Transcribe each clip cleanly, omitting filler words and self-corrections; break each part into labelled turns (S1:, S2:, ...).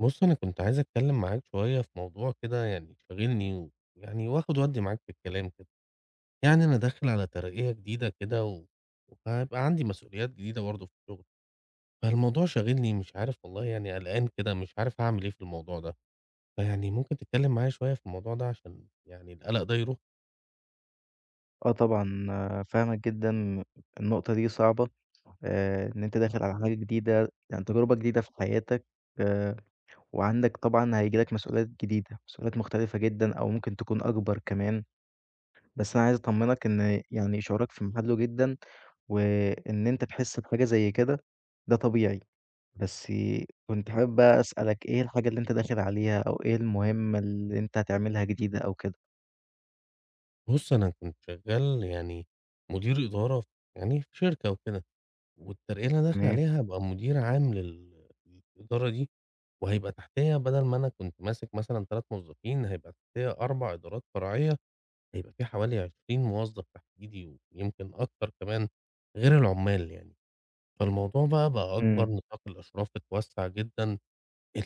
S1: بُص، أنا كنت عايز أتكلّم معاك شوية في موضوع كده يعني شاغلني، ويعني وآخُد وأدّي معاك في الكلام كده. يعني أنا داخل على ترقية جديدة كده و وهيبقى عندي مسؤوليات جديدة برضه في الشغل، فالموضوع شاغلني مش عارف والله يعني قلقان كده مش عارف هاعمل إيه في الموضوع ده. فيعني ممكن تتكلّم معايا شوية في الموضوع ده عشان يعني القلق ده يروح؟
S2: آه طبعًا، آه، فاهمك جدًا، النقطة دي صعبة، إن أنت داخل على حاجة جديدة، يعني تجربة جديدة في حياتك، آآ وعندك طبعًا هييجي لك مسؤوليات جديدة، مسؤوليات مختلفة جدًا أو ممكن تكون أكبر كمان، بس أنا عايز أطمنك إن يعني شعورك في محله جدًا، وإن أنت تحس بحاجة زي كده ده طبيعي، بس كنت حابب بقى أسألك إيه الحاجة اللي أنت داخل عليها أو إيه المهمة اللي أنت هتعملها جديدة أو كده؟
S1: بُص، أنا كنت شغّال يعني مدير إدارة يعني في شركة وكده، والترقية اللي أنا داخل
S2: تمام.
S1: عليها هابقى مدير عام للإدارة دي. وهيبقى تحتيّا بدل ما أنا كنت ماسك مثلًا 3 موظفين، هيبقى تحتيّا 4 إدارات فرعية، هيبقى في حوالي 20 موظف تحت إيدي ويمكن أكتر كمان، غير العُمّال يعني. فالموضوع بقى أكبر،
S2: إمم.
S1: نطاق الإشراف اتوسّع جدًا.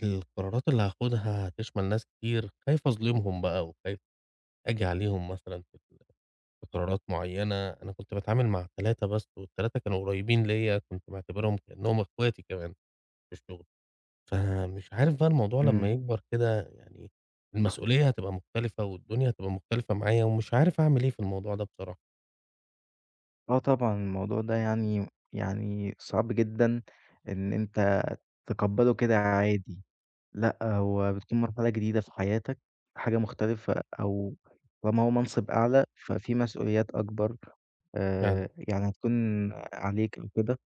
S1: القرارات اللي هاخُدها هتشمل ناس كتير، خايف أظلمهم بقى وخايف آجي عليهم مثلًا في قرارات معيّنة. أنا كنت باتعامل مع 3 بس وال3 كانوا قريّبين ليّا، كنت باعتبرهم كإنّهم إخواتي كمان في الشغل. فمش عارف بقى الموضوع لمّا
S2: إمم.
S1: يكبر كده، يعني المسؤولية هتبقى مختلفة، والدنيا هتبقى مختلفة معايا، ومش عارف أعمل إيه في الموضوع ده بصراحة.
S2: آه طبعًا، الموضوع ده يعني صعب جدًا إن أنت تتقبّله كده عادي، لأ، هو بتكون مرحلة جديدة في حياتك، حاجة مختلفة أو طالما هو منصب أعلى، ففي مسؤوليات أكبر،
S1: فعلًا.
S2: يعني هتكون عليك أو كده.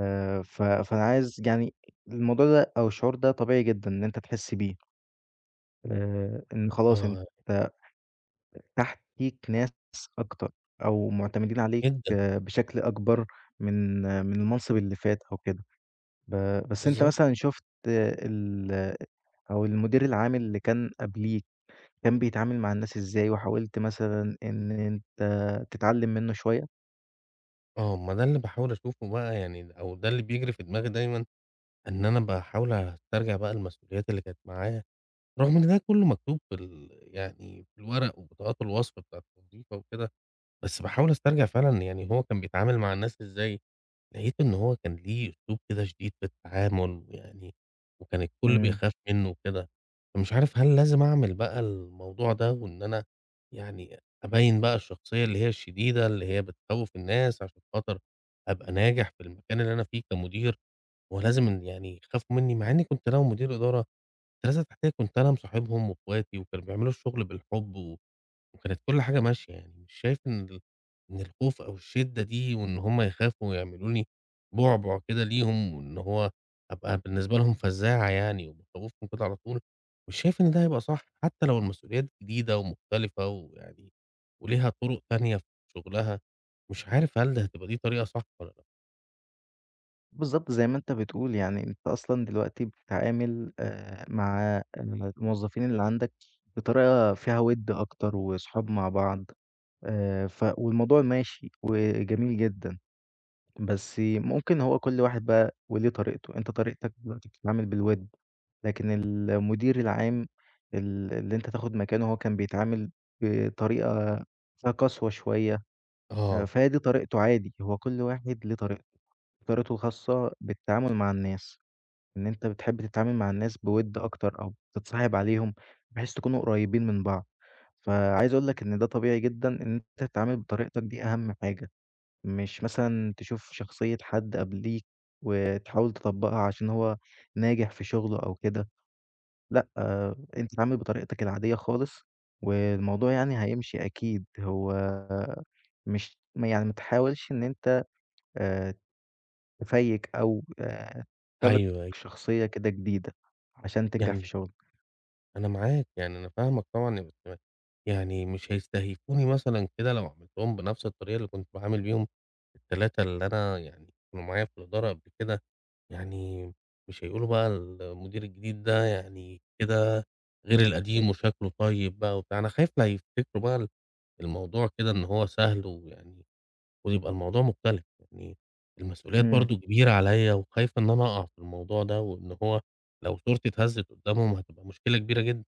S2: ف فأنا عايز يعني الموضوع ده أو الشعور ده طبيعي جدًا إن أنت تحس بيه، إن خلاص أنت
S1: آه،
S2: تحتيك ناس أكتر أو مُعتمدين عليك
S1: جدًا،
S2: بشكل أكبر من المنصب اللي فات أو كده، ب بس أنت
S1: بالضبط.
S2: مثلًا شُفت آه، ال أو المدير العام اللي كان قبليك، كان بيتعامل مع الناس إزاي وحاولت مثلًا إن أنت تتعلم منّه شوية؟
S1: آه، ما ده اللي باحاول أشوفه بقى، يعني أو ده اللي بيجري في دماغي دايمًا، إن أنا باحاول أسترجع بقى المسؤوليات اللي كانت معايا، رغم إن ده كله مكتوب في ال يعني في الورق وبطاقات الوصف بتاعة الوظيفة وكده، بس باحاول أسترجع فعلًا يعني هو كان بيتعامل مع الناس إزاي. لقيت إن هو كان ليه أسلوب كده شديد في التعامل، ويعني وكان الكل
S2: إمم.
S1: بيخاف منّه وكده. فمش عارف هل لازم أعمل بقى الموضوع ده، وإن أنا يعني أبيّن بقى الشخصية اللي هي الشديدة اللي هي بتخوّف الناس عشان خاطر أبقى ناجح في المكان اللي أنا فيه كمدير، ولازم إن يعني يخافوا منّي، مع إني كنت لو مدير إدارة الناس اللي تحتيّا كنت أنا مصاحبهم وأخواتي وكانوا بيعملوا الشغل بالحب، و وكانت كل حاجة ماشية يعني. مش شايف إن إن الخوف أو الشِدّة دي وإن هُم يخافوا ويعملوا لي بُعبُع كده ليهم وإن هو أبقى بالنسبة لهم فزاعة يعني وباخوّفهم كده على طول، مش شايف إن ده هيبقى صح، حتّى لو المسؤوليات جديدة ومختلفة ويعني وليها طُرُق تانية في شُغلها. مش عارف هل ده هتبقى دي طريقة صح والّا لأ؟
S2: بالضبط زي ما أنت بتقول، يعني أنت أصلًا دلوقتي بتتعامل مع الموظفين اللي عندك بطريقة فيها وِد أكتر وصحاب مع بعض. ف والموضوع ماشي وجميل جدًا، بس ممكن هو كل واحد بقى وليه طريقته، أنت طريقتك دلوقتي بتتعامل بالوِد، لكن المدير العام اللي أنت تاخد مكانه هو كان بيتعامل بطريقة فيها قسوة شوية،
S1: آه،
S2: فهي دي طريقته عادي، هو كل واحد ليه طريقته، طريقته الخاصة بالتعامل مع الناس، إن أنت بتحب تتعامل مع الناس بوِد أكتر أو بتتصاحب عليهم بحيث تكونوا قريبين من بعض، فعايز أقول لك إن ده طبيعي جدًا إن أنت تتعامل بطريقتك دي أهم حاجة. مش مثلًا تشوف شخصية حد قبليك وتحاول تطبّقها عشان هو ناجح في شغله أو كده، لأ، آه، أنت اتعامل بطريقتك العادية خالص، والموضوع يعني هيمشي أكيد. هو مش ما يعني ما تحاولش إن أنت آآ تفيّك أو تختلق
S1: أيوه، أيوه،
S2: شخصية كده جديدة عشان تنجح في
S1: يعني
S2: شغلك.
S1: أنا معاك، يعني أنا فاهمك طبعًا، بس يعني مش هيستهيفوني مثلًا كده لو عاملت لهم بنفس الطريقة اللي كنت باعامل بيهم ال3 اللي أنا يعني كانوا معايا في الإدارة قبل كده. يعني مش هيقولوا بقى المدير الجديد ده يعني كده غير القديم وشكله طيب بقى وبتاع. أنا خايف لا يفتكروا بقى الموضوع كده إن هو سهل، ويعني ويبقى الموضوع مختلف، يعني المسؤوليات
S2: إمم.
S1: برضه كبيرة عليَّ وخايف إن أنا أقع في الموضوع ده، وإن هو لو صورتي اتهزت قدّامهم هتبقى مشكلة كبيرة جدًا.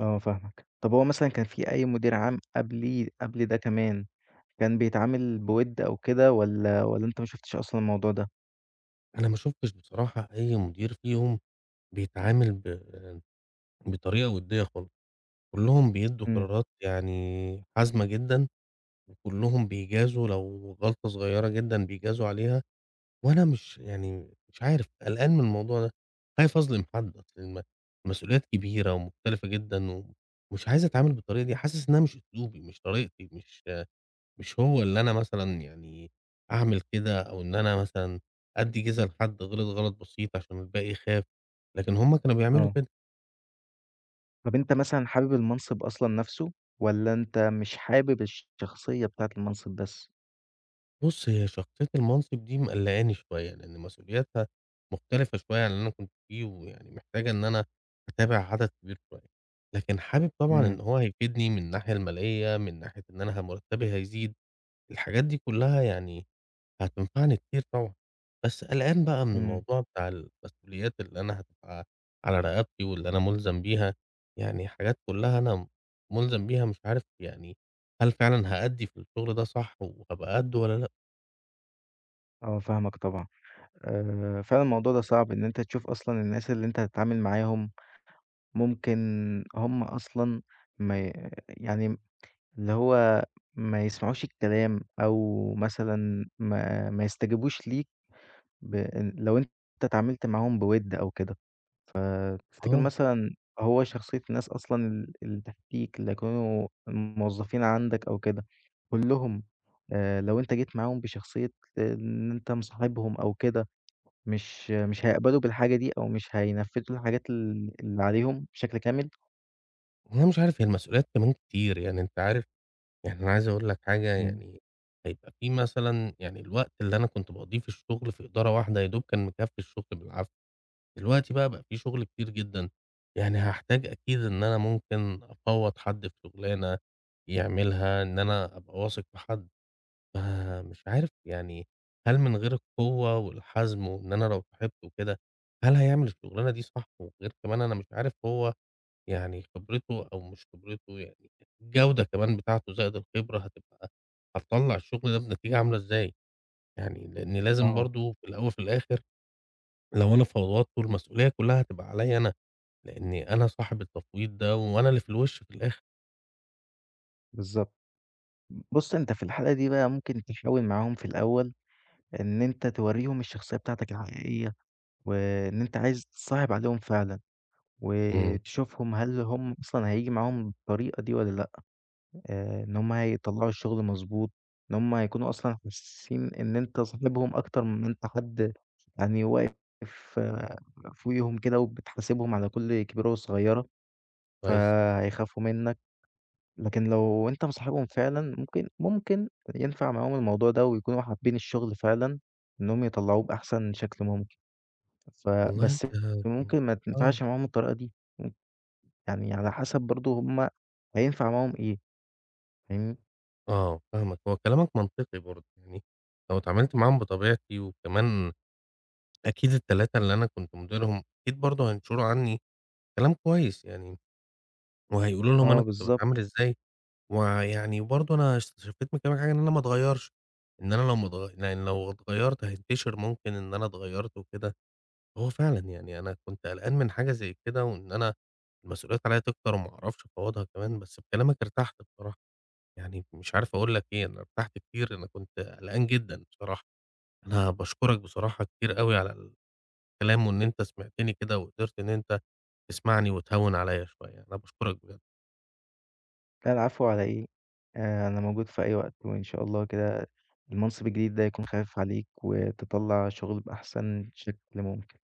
S2: آه، فاهمك. طب هو مثلًا كان في أي مدير عام قبليه قبل ده كمان، كان بيتعامل بوِد أو كده والّا أنت ما شُفتش أصلًا الموضوع ده؟
S1: أنا ما شُفتش بصراحة أي مدير فيهم بيتعامل بطريقة وِدّية خالص، كلّهم بيدّوا
S2: إمم.
S1: قرارات يعني حازمة جدًا، وكلّهم بيجازوا لو غلطة صغيّرة جدًا بيجازوا عليها. وأنا مش يعني مش عارف، قلقان من الموضوع ده، خايف أظلم حد. أصل المسؤوليات كبيرة ومختلفة جدًا، ومش عايز أتعامل بالطريقة دي، حاسس إنها مش أسلوبي، مش طريقتي، مش هو اللي أنا مثلًا يعني أعمل كده، أو إن أنا مثلًا أدّي جِزا لحد غلط بسيط عشان الباقي يخاف، لكن هُم كانوا بيعملوا
S2: آه.
S1: كده.
S2: طَب أنت مثلًا حابب المنصب أصلًا نَفْسه والّا أنت مش حابب الشخصية بتاعة المنصب بس؟
S1: بُص، هي شخصية المنصب دي مقلّقاني شوية، لإن مسؤولياتها مختلفة شوية عن اللي أنا كنت فيه، ويعني محتاجة إن أنا أتابع عدد كبير شوية. لكن حابب طبعًا
S2: إمم.
S1: إن هو هيفيدني من الناحية المالية، من ناحية إن أنا مرتبي هيزيد، الحاجات دي كلّها يعني هتنفعني كتير طبعًا. بس قلقان بقى من
S2: إمم.
S1: الموضوع بتاع المسؤوليات اللي أنا هتبقى على رقبتي واللي أنا مُلزم بيها، يعني حاجات كلّها أنا مُلزم بيها، مش عارف يعني هل فعلًا هأدّي في الشغل ده صح وهابقى قدّه والّا لأ؟
S2: آه، فاهمك طبعًا. فعلًا الموضوع ده صعب إن أنت تشوف أصلًا الناس اللي أنت هتتعامل معاهم ممكن هم أصلًا ما ي يعني اللي هو ما يسمعوش الكلام أو مثلًا ما يستجيبوش ليك ب لو أنت اتعاملت معاهم بِوِد أو كده. تفتكر
S1: آه،
S2: مثلًا هو شخصية الناس أصلًا اللي تحتيك اللي هيكونوا موظفين عندك أو كده، كلّهم لو أنت جيت معاهم بشخصية إن أنت مصاحبهم أو كده، مش هيقبلوا بالحاجة دي أو مش هينفذوا الحاجات اللي عليهم بشكل كامل؟
S1: وأنا مش عارف هي المسؤوليات كمان كتير، يعني أنت عارف. يعني أنا عايز أقول لك حاجة
S2: إمم.
S1: يعني، هيبقى في مثلًا يعني الوقت اللي أنا كنت باقضيه في الشغل في إدارة واحدة يا دوب كان مكفّي الشغل بالعافية. دلوقتي بقى، بقى في شغل كتير جدًا. يعني هاحتاج أكيد إن أنا ممكن أفوّض حد في شغلانة يعملها، إن أنا أبقى واثق في حد. فمش عارف يعني هل من غير القوة والحزم، وإن أنا لو صاحبته وكده، هل هيعمل الشغلانة دي صح؟ وغير كمان أنا مش عارف هو يعني خبرته أو مش خبرته، يعني الجودة كمان بتاعته زائد الخبرة هتطلّع الشغل ده بنتيجة عاملة إزاي؟ يعني لإن لازم
S2: آه،
S1: برضه في الأول وفي الآخر لو أنا فوّضته المسؤولية كلّها هتبقى عليّا أنا، لإني أنا صاحب التفويض ده وأنا اللي في الوِش في الآخر.
S2: بالضبط. بُص أنت في الحالة دي بقى ممكن تحاول معاهم في الأول إن أنت تورّيهم الشخصية بتاعتك الحقيقية، وإن أنت عايز تصاحب عليهم فعلًا.
S1: إمم.
S2: وتشوفهم هل هم أصلًا هييجي معاهم الطريقة دي والّا لأ، إن هم هيطلّعوا الشغل مضبوط، إن هم هيكونوا أصلًا حاسين إن أنت صاحبهم أكتر من أنت حد يعني واقف آه، فوقيهم كده وبتحاسبهم على كل كبيرة وصغيرة،
S1: كويس.
S2: فهيخافوا منّك، لكن لو أنت مصاحبهم فعلًا ممكن ينفع معاهم الموضوع ده ويكونوا حابين الشغل فعلًا، إنّهم يطلّعوه بأحسن شكل ممكن،
S1: والله أنت
S2: فبس
S1: كان
S2: ممكن ما
S1: آه،
S2: تنفعش معاهم الطريقة دي. يعني على
S1: آه،
S2: حسب برضه هم هينفع معاهم إيه، فاهمني؟
S1: آه، فاهمك. هو كلامك منطقي برضه، يعني لو اتعاملت معاهم بطبيعتي وكمان أكيد ال3 اللي أنا كنت مديرهم أكيد برضه هينشروا عني كلام كويس، يعني وهيقولوا لهم
S2: آه،
S1: أنا كنت
S2: بالضبط.
S1: باتعامل إزاي. ويعني برضه أنا استشفيت من كلامك حاجة إن أنا ما اتغيّرش، إن أنا لو ما اتغ لإن لو اتغيّرت هينتشر ممكن إن أنا اتغيّرت وكده. هو فعلًا يعني أنا كنت قلقان من حاجة زي كده، وإن أنا المسؤوليات عليَّ تكتر وما أعرفش أفوّضها كمان، بس بكلامك ارتحت بصراحة. يعني مش عارف أقول لك إيه، أنا ارتحت كتير، أنا كنت قلقان جدًا بصراحة. أنا باشكرك بصراحة كتير أوي على الكلام، وإن أنت سمعتني كده وقدرت إن أنت تسمعني وتهوّن عليَّ شوية، أنا باشكرك بجد.
S2: لا، العفو على إيه، أنا موجود في أي وقت، وإن شاء الله كده المنصب الجديد ده يكون خفيف عليك، وتطلّع شغل بأحسن شكل ممكن.